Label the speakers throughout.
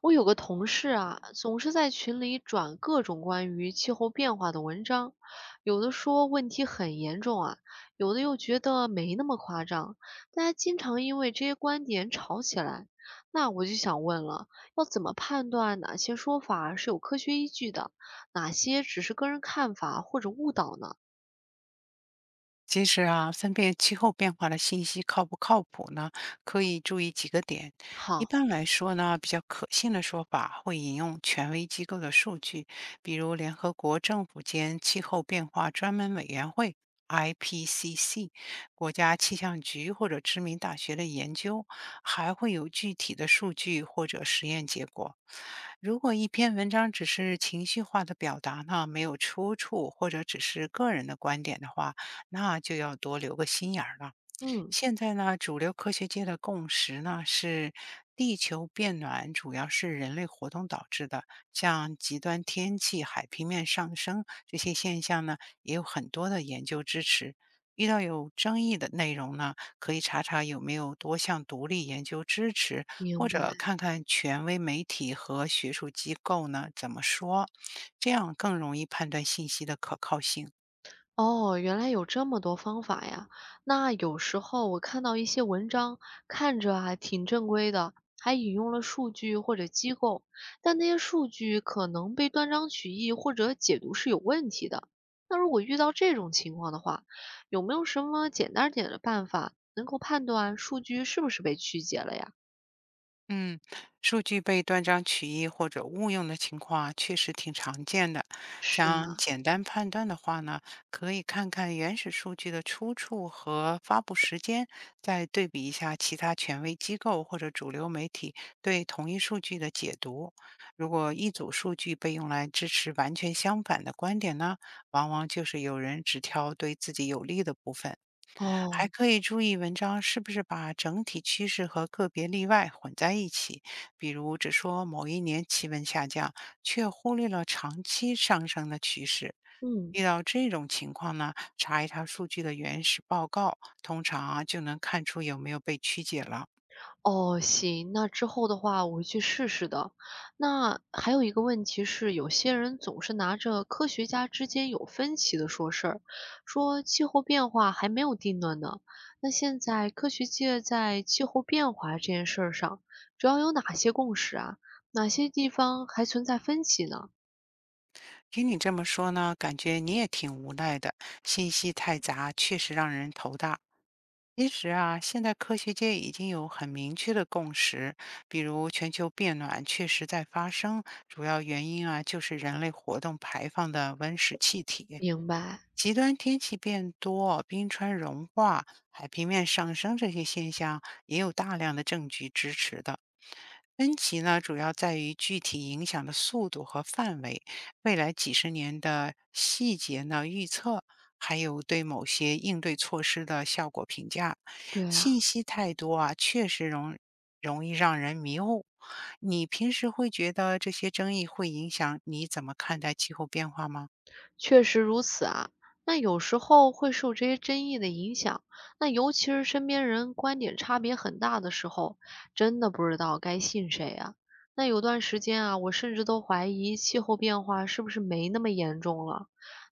Speaker 1: 我有个同事啊，总是在群里转各种关于气候变化的文章，有的说问题很严重啊，有的又觉得没那么夸张，大家经常因为这些观点吵起来。那我就想问了，要怎么判断哪些说法是有科学依据的，哪些只是个人看法或者误导呢？
Speaker 2: 其实啊，分辨气候变化的信息靠不靠谱呢？可以注意几个点。一
Speaker 1: 好。
Speaker 2: 般来说呢，比较可信的说法会引用权威机构的数据，比如联合国政府间气候变化专门委员会 （IPCC）、国家气象局或者知名大学的研究，还会有具体的数据或者实验结果。如果一篇文章只是情绪化的表达呢，没有出处，或者只是个人的观点的话，那就要多留个心眼儿了。
Speaker 1: 嗯。
Speaker 2: 现在呢，主流科学界的共识呢是，地球变暖主要是人类活动导致的，像极端天气、海平面上升这些现象呢，也有很多的研究支持。遇到有争议的内容呢，可以查查有没有多项独立研究支持，或
Speaker 1: 明白。
Speaker 2: 者看看权威媒体和学术机构呢怎么说，这样更容易判断信息的可靠性。
Speaker 1: 哦，原来有这么多方法呀。那有时候我看到一些文章，看着还挺正规的，还引用了数据或者机构，但那些数据可能被断章取义或者解读是有问题的。那如果遇到这种情况的话，有没有什么简单点的办法能够判断数据是不是被曲解了呀？
Speaker 2: 嗯，数据被断章取义或者误用的情况啊，确实挺常见的。
Speaker 1: 是
Speaker 2: 想
Speaker 1: 啊。
Speaker 2: 简单判断的话呢，可以看看原始数据的出处和发布时间，再对比一下其他权威机构或者主流媒体对同一数据的解读。如果一组数据被用来支持完全相反的观点呢，往往就是有人只挑对自己有利的部分。还
Speaker 1: 哦。
Speaker 2: 可以注意文章是不是把整体趋势和个别例外混在一起，比如只说某一年气温下降，却忽略了长期上升的趋势。
Speaker 1: 嗯。
Speaker 2: 遇到这种情况呢，查一查数据的原始报告，通常啊就能看出有没有被曲解了。
Speaker 1: 哦，行，那之后的话我会去试试的。那还有一个问题是，有些人总是拿着科学家之间有分歧的说事儿，说气候变化还没有定论呢。那现在科学界在气候变化这件事儿上，主要有哪些共识啊？哪些地方还存在分歧呢？
Speaker 2: 听你这么说呢，感觉你也挺无奈的，信息太杂，确实让人头大。其实啊，现在科学界已经有很明确的共识，比如全球变暖确实在发生，主要原因啊就是人类活动排放的温室气体。
Speaker 1: 明白。
Speaker 2: 极端天气变多、冰川融化、海平面上升这些现象，也有大量的证据支持的。分歧呢，主要在于具体影响的速度和范围，未来几十年的细节呢预测，还有对某些应对措施的效果评价。
Speaker 1: 对啊。
Speaker 2: 信息太多啊，确实易让人迷糊。你平时会觉得这些争议会影响你怎么看待气候变化吗？
Speaker 1: 确实如此啊，那有时候会受这些争议的影响，那尤其是身边人观点差别很大的时候，真的不知道该信谁啊。那有段时间啊，我甚至都怀疑气候变化是不是没那么严重了。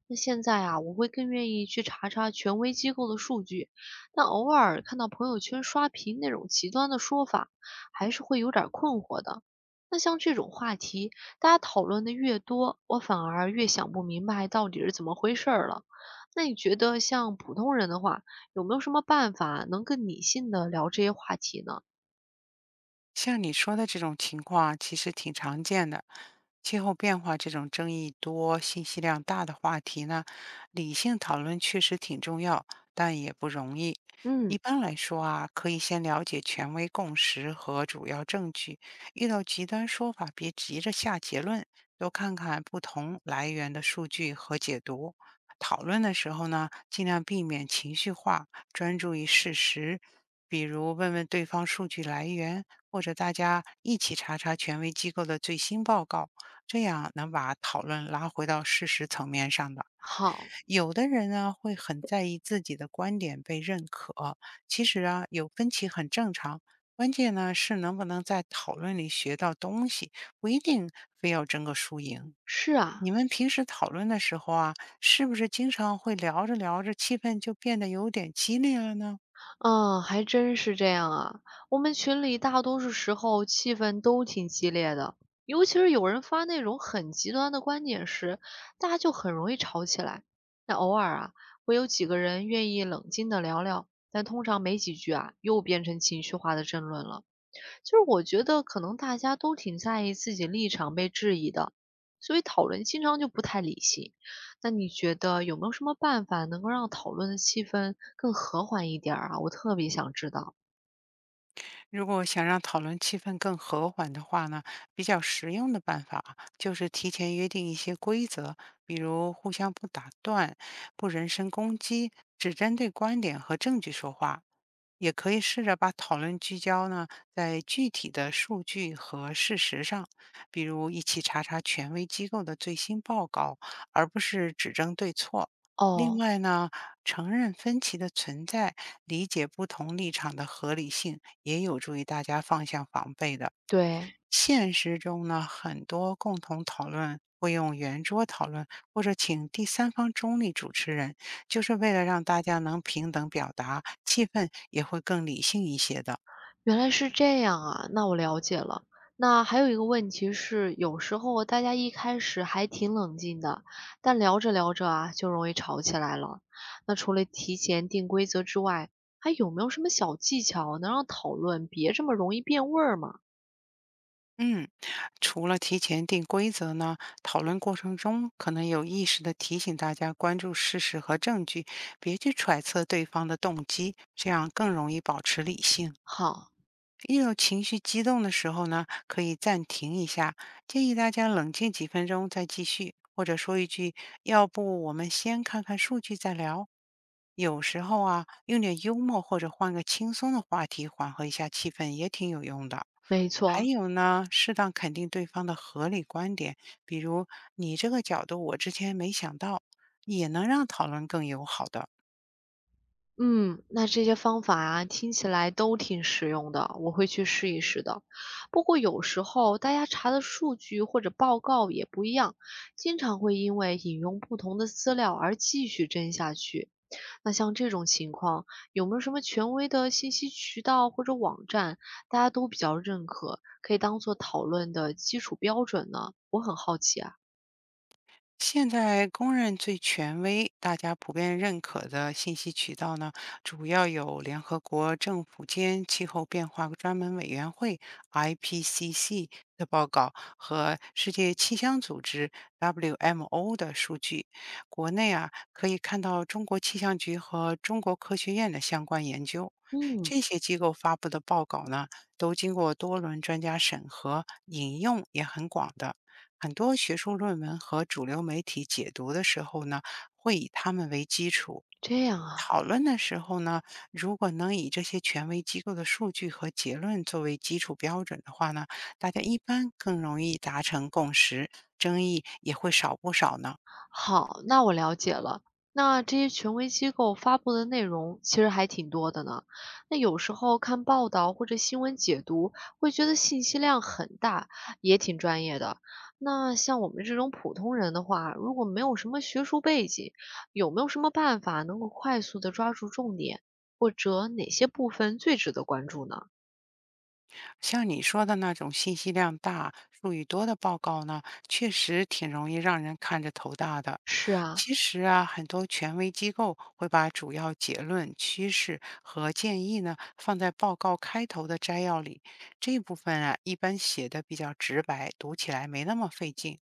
Speaker 1: 那现在啊，我会更愿意去查查权威机构的数据，但偶尔看到朋友圈刷屏那种极端的说法，还是会有点儿困惑的。那像这种话题，大家讨论的越多，我反而越想不明白到底是怎么回事儿了。那你觉得像普通人的话，有没有什么办法能更理性的聊这些话题呢？
Speaker 2: 像你说的这种情况啊，其实挺常见的。气候变化这种争议多、信息量大的话题呢，理性讨论确实挺重要，但也不容易。一
Speaker 1: 嗯。
Speaker 2: 般来说啊，可以先了解权威共识和主要证据。遇到极端说法，别急着下结论，多看看不同来源的数据和解读。讨论的时候呢，尽量避免情绪化，专注于事实。比如问问对方数据来源，或者大家一起查查权威机构的最新报告，这样能把讨论拉回到事实层面上的。
Speaker 1: 好。
Speaker 2: 有的人呢会很在意自己的观点被认可，其实啊有分歧很正常，关键呢是能不能在讨论里学到东西，不一定非要争个输赢。
Speaker 1: 是
Speaker 2: 你
Speaker 1: 啊。
Speaker 2: 们平时讨论的时候啊，是不是经常会聊着聊着气氛就变得有点激烈了呢？
Speaker 1: 嗯，还真是这样啊。我们群里大多数时候气氛都挺激烈的，尤其是有人发那种很极端的观点时，大家就很容易吵起来。那偶尔啊，会有几个人愿意冷静的聊聊，但通常没几句啊，又变成情绪化的争论了。就是我觉得可能大家都挺在意自己立场被质疑的，所以讨论经常就不太理性。那你觉得有没有什么办法能够让讨论的气氛更和缓一点儿啊？我特别想知道。
Speaker 2: 如果想让讨论气氛更和缓的话呢，比较实用的办法啊就是提前约定一些规则，比如互相不打断、不人身攻击，只针对观点和证据说话。也可以试着把讨论聚焦呢在具体的数据和事实上，比如一起查查权威机构的最新报告，而不是指证对错。另
Speaker 1: 哦。
Speaker 2: 外呢，承认分歧的存在，理解不同立场的合理性，也有助于大家放下防备的。
Speaker 1: 对。
Speaker 2: 现实中呢，很多共同讨论会用圆桌讨论，或者请第三方中立主持人，就是为了让大家能平等表达，气氛也会更理性一些的。
Speaker 1: 原来是这样啊，那我了解了。那还有一个问题是，有时候大家一开始还挺冷静的，但聊着聊着啊，就容易吵起来了。那除了提前定规则之外，还有没有什么小技巧能让讨论别这么容易变味儿吗？
Speaker 2: 嗯，除了提前定规则呢，讨论过程中可能有意识的提醒大家关注事实和证据，别去揣测对方的动机，这样更容易保持理性。
Speaker 1: 好。
Speaker 2: 一有情绪激动的时候呢，可以暂停一下，建议大家冷静几分钟再继续，或者说一句“要不我们先看看数据再聊”。有时候啊，用点幽默或者换个轻松的话题，缓和一下气氛也挺有用的。
Speaker 1: 没
Speaker 2: 还
Speaker 1: 错。
Speaker 2: 有呢，适当肯定对方的合理观点，比如你这个角度我之前没想到，也能让讨论更友好的。
Speaker 1: 嗯，那这些方法啊，听起来都挺实用的，我会去试一试的。不过有时候大家查的数据或者报告也不一样，经常会因为引用不同的资料而继续争下去。那像这种情况，有没有什么权威的信息渠道或者网站，大家都比较认可，可以当做讨论的基础标准呢？我很好奇啊。
Speaker 2: 现在公认最权威、大家普遍认可的信息渠道呢，主要有联合国政府间气候变化专门委员会 （IPCC） 的报告和世界气象组织 （WMO） 的数据。国内啊，可以看到中国气象局和中国科学院的相关研究。
Speaker 1: 嗯。
Speaker 2: 这些机构发布的报告呢，都经过多轮专家审核，引用也很广的。很多学术论文和主流媒体解读的时候呢，会以他们为基础。
Speaker 1: 这样啊。
Speaker 2: 讨论的时候呢，如果能以这些权威机构的数据和结论作为基础标准的话呢，大家一般更容易达成共识，争议也会少不少呢。
Speaker 1: 好，那我了解了。那这些权威机构发布的内容其实还挺多的呢。那有时候看报道或者新闻解读，会觉得信息量很大，也挺专业的。那像我们这种普通人的话，如果没有什么学术背景，有没有什么办法能够快速的抓住重点，或者哪些部分最值得关注呢？
Speaker 2: 像你说的那种信息量大、术语多的报告呢，确实挺容易让人看着头大的。
Speaker 1: 是啊。
Speaker 2: 其实啊，很多权威机构会把主要结论、趋势和建议呢放在报告开头的摘要里，这部分啊一般写的比较直白，读起来没那么费劲。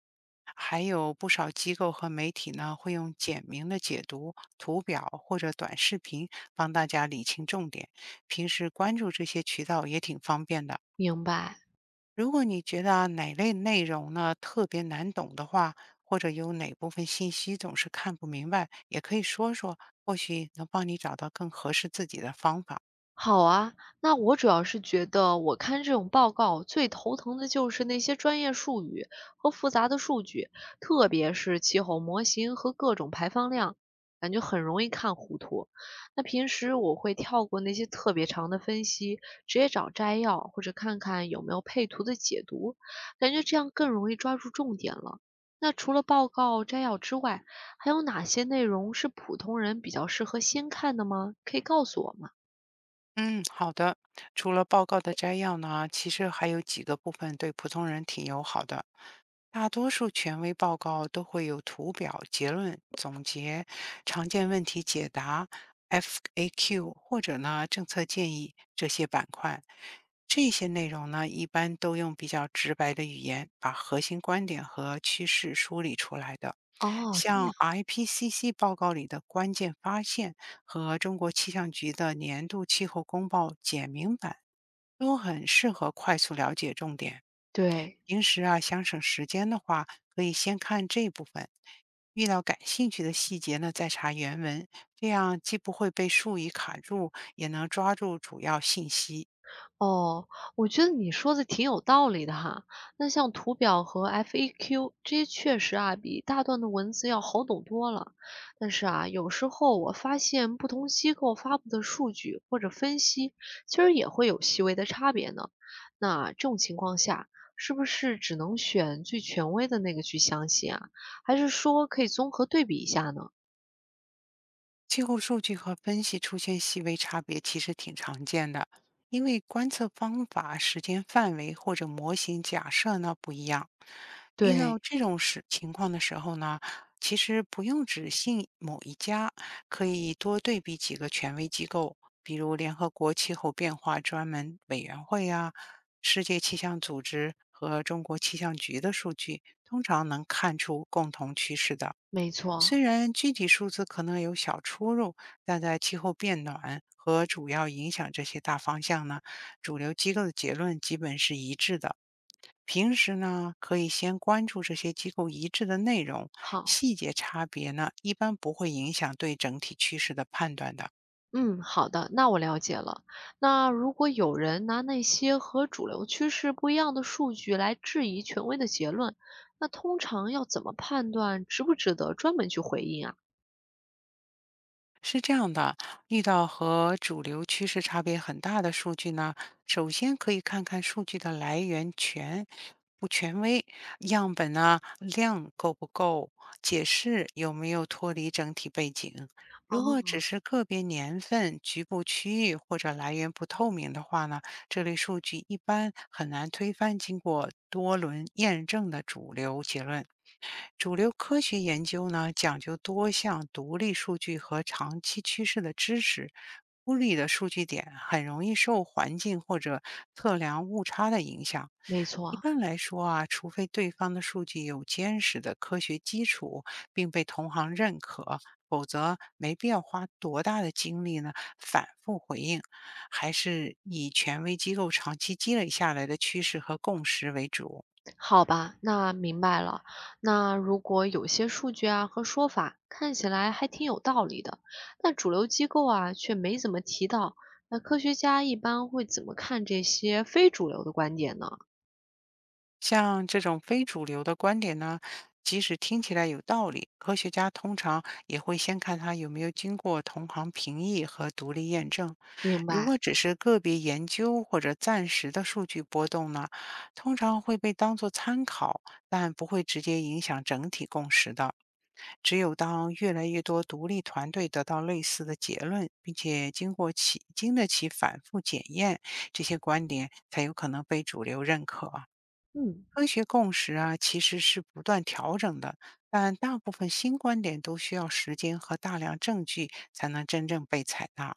Speaker 2: 还有不少机构和媒体呢，会用简明的解读、图表或者短视频帮大家理清重点。平时关注这些渠道也挺方便的。
Speaker 1: 明白。
Speaker 2: 如果你觉得啊哪类内容呢特别难懂的话，或者有哪部分信息总是看不明白，也可以说说，或许能帮你找到更合适自己的方法。
Speaker 1: 好啊，那我主要是觉得我看这种报告最头疼的就是那些专业术语和复杂的数据，特别是气候模型和各种排放量，感觉很容易看糊涂。那平时我会跳过那些特别长的分析，直接找摘要或者看看有没有配图的解读，感觉这样更容易抓住重点了。那除了报告摘要之外，还有哪些内容是普通人比较适合先看的吗？可以告诉我吗？
Speaker 2: 嗯，好的。除了报告的摘要呢，其实还有几个部分对普通人挺友好的，大多数权威报告都会有图表、结论、总结、常见问题解答、FAQ 或者呢政策建议这些板块。这些内容呢，一般都用比较直白的语言把核心观点和趋势梳理出来的。
Speaker 1: 哦，这样。
Speaker 2: 像 IPCC 报告里的关键发现和中国气象局的年度气候公报简明版都很适合快速了解重点。
Speaker 1: 对。
Speaker 2: 平时啊，想省时间的话，可以先看这部分，遇到感兴趣的细节呢，再查原文，这样既不会被术语卡住，也能抓住主要信息。
Speaker 1: 哦，我觉得你说的挺有道理的哈。那像图表和 FAQ 这些，确实啊，比大段的文字要好懂多了。但是啊，有时候我发现不同机构发布的数据或者分析，其实也会有细微的差别呢。那这种情况下，是不是只能选最权威的那个去相信啊？还是说可以综合对比一下呢？
Speaker 2: 气候数据和分析出现细微差别，其实挺常见的，因为观测方法、时间范围或者模型假设呢不一样。遇到
Speaker 1: 对。
Speaker 2: 这种情况的时候呢，其实不用只信某一家，可以多对比几个权威机构，比如联合国气候变化专门委员会啊、世界气象组织和中国气象局的数据，通常能看出共同趋势的。
Speaker 1: 没错。
Speaker 2: 虽然具体数字可能有小出入，但在气候变暖和主要影响这些大方向呢，主流机构的结论基本是一致的。平时呢，可以先关注这些机构一致的内容，
Speaker 1: 好。
Speaker 2: 细节差别呢，一般不会影响对整体趋势的判断的。
Speaker 1: 嗯，好的，那我了解了。那如果有人拿那些和主流趋势不一样的数据来质疑权威的结论，那通常要怎么判断值不值得专门去回应啊？
Speaker 2: 是这样的，遇到和主流趋势差别很大的数据呢，首先可以看看数据的来源权不权威，样本呢量够不够，解释有没有脱离整体背景。如果只
Speaker 1: 哦。
Speaker 2: 是个别年份、局部区域或者来源不透明的话呢，这类数据一般很难推翻经过多轮验证的主流结论。主流科学研究呢，讲究多项独立数据和长期趋势的支持，孤立的数据点很容易受环境或者测量误差的影响。
Speaker 1: 没
Speaker 2: 一
Speaker 1: 错。
Speaker 2: 般来说啊，除非对方的数据有坚实的科学基础，并被同行认可，否则没必要花多大的精力呢反复回应，还是以权威机构长期积累下来的趋势和共识为主。
Speaker 1: 好吧，那明白了。那如果有些数据啊和说法看起来还挺有道理的，但主流机构啊却没怎么提到，那科学家一般会怎么看这些非主流的观点呢？
Speaker 2: 像这种非主流的观点呢，即使听起来有道理，科学家通常也会先看它有没有经过同行评议和独立验证。
Speaker 1: 明
Speaker 2: 如
Speaker 1: 白。
Speaker 2: 果只是个别研究或者暂时的数据波动呢，通常会被当作参考，但不会直接影响整体共识的。只有当越来越多独立团队得到类似的结论，并且经得起反复检验，这些观点才有可能被主流认可。
Speaker 1: 嗯。
Speaker 2: 科学共识啊，其实是不断调整的，但大部分新观点都需要时间和大量证据才能真正被采纳。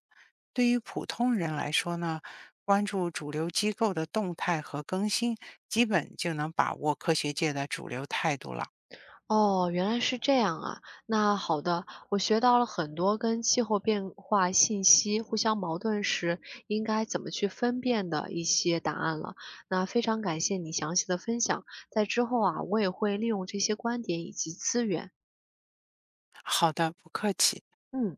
Speaker 2: 对于普通人来说呢，关注主流机构的动态和更新，基本就能把握科学界的主流态度了。
Speaker 1: 哦，原来是这样啊。那好的，我学到了很多跟气候变化信息互相矛盾时应该怎么去分辨的一些答案了。那非常感谢你详细的分享，在之后啊，我也会利用这些观点以及资源。
Speaker 2: 好的，不客气。
Speaker 1: 嗯。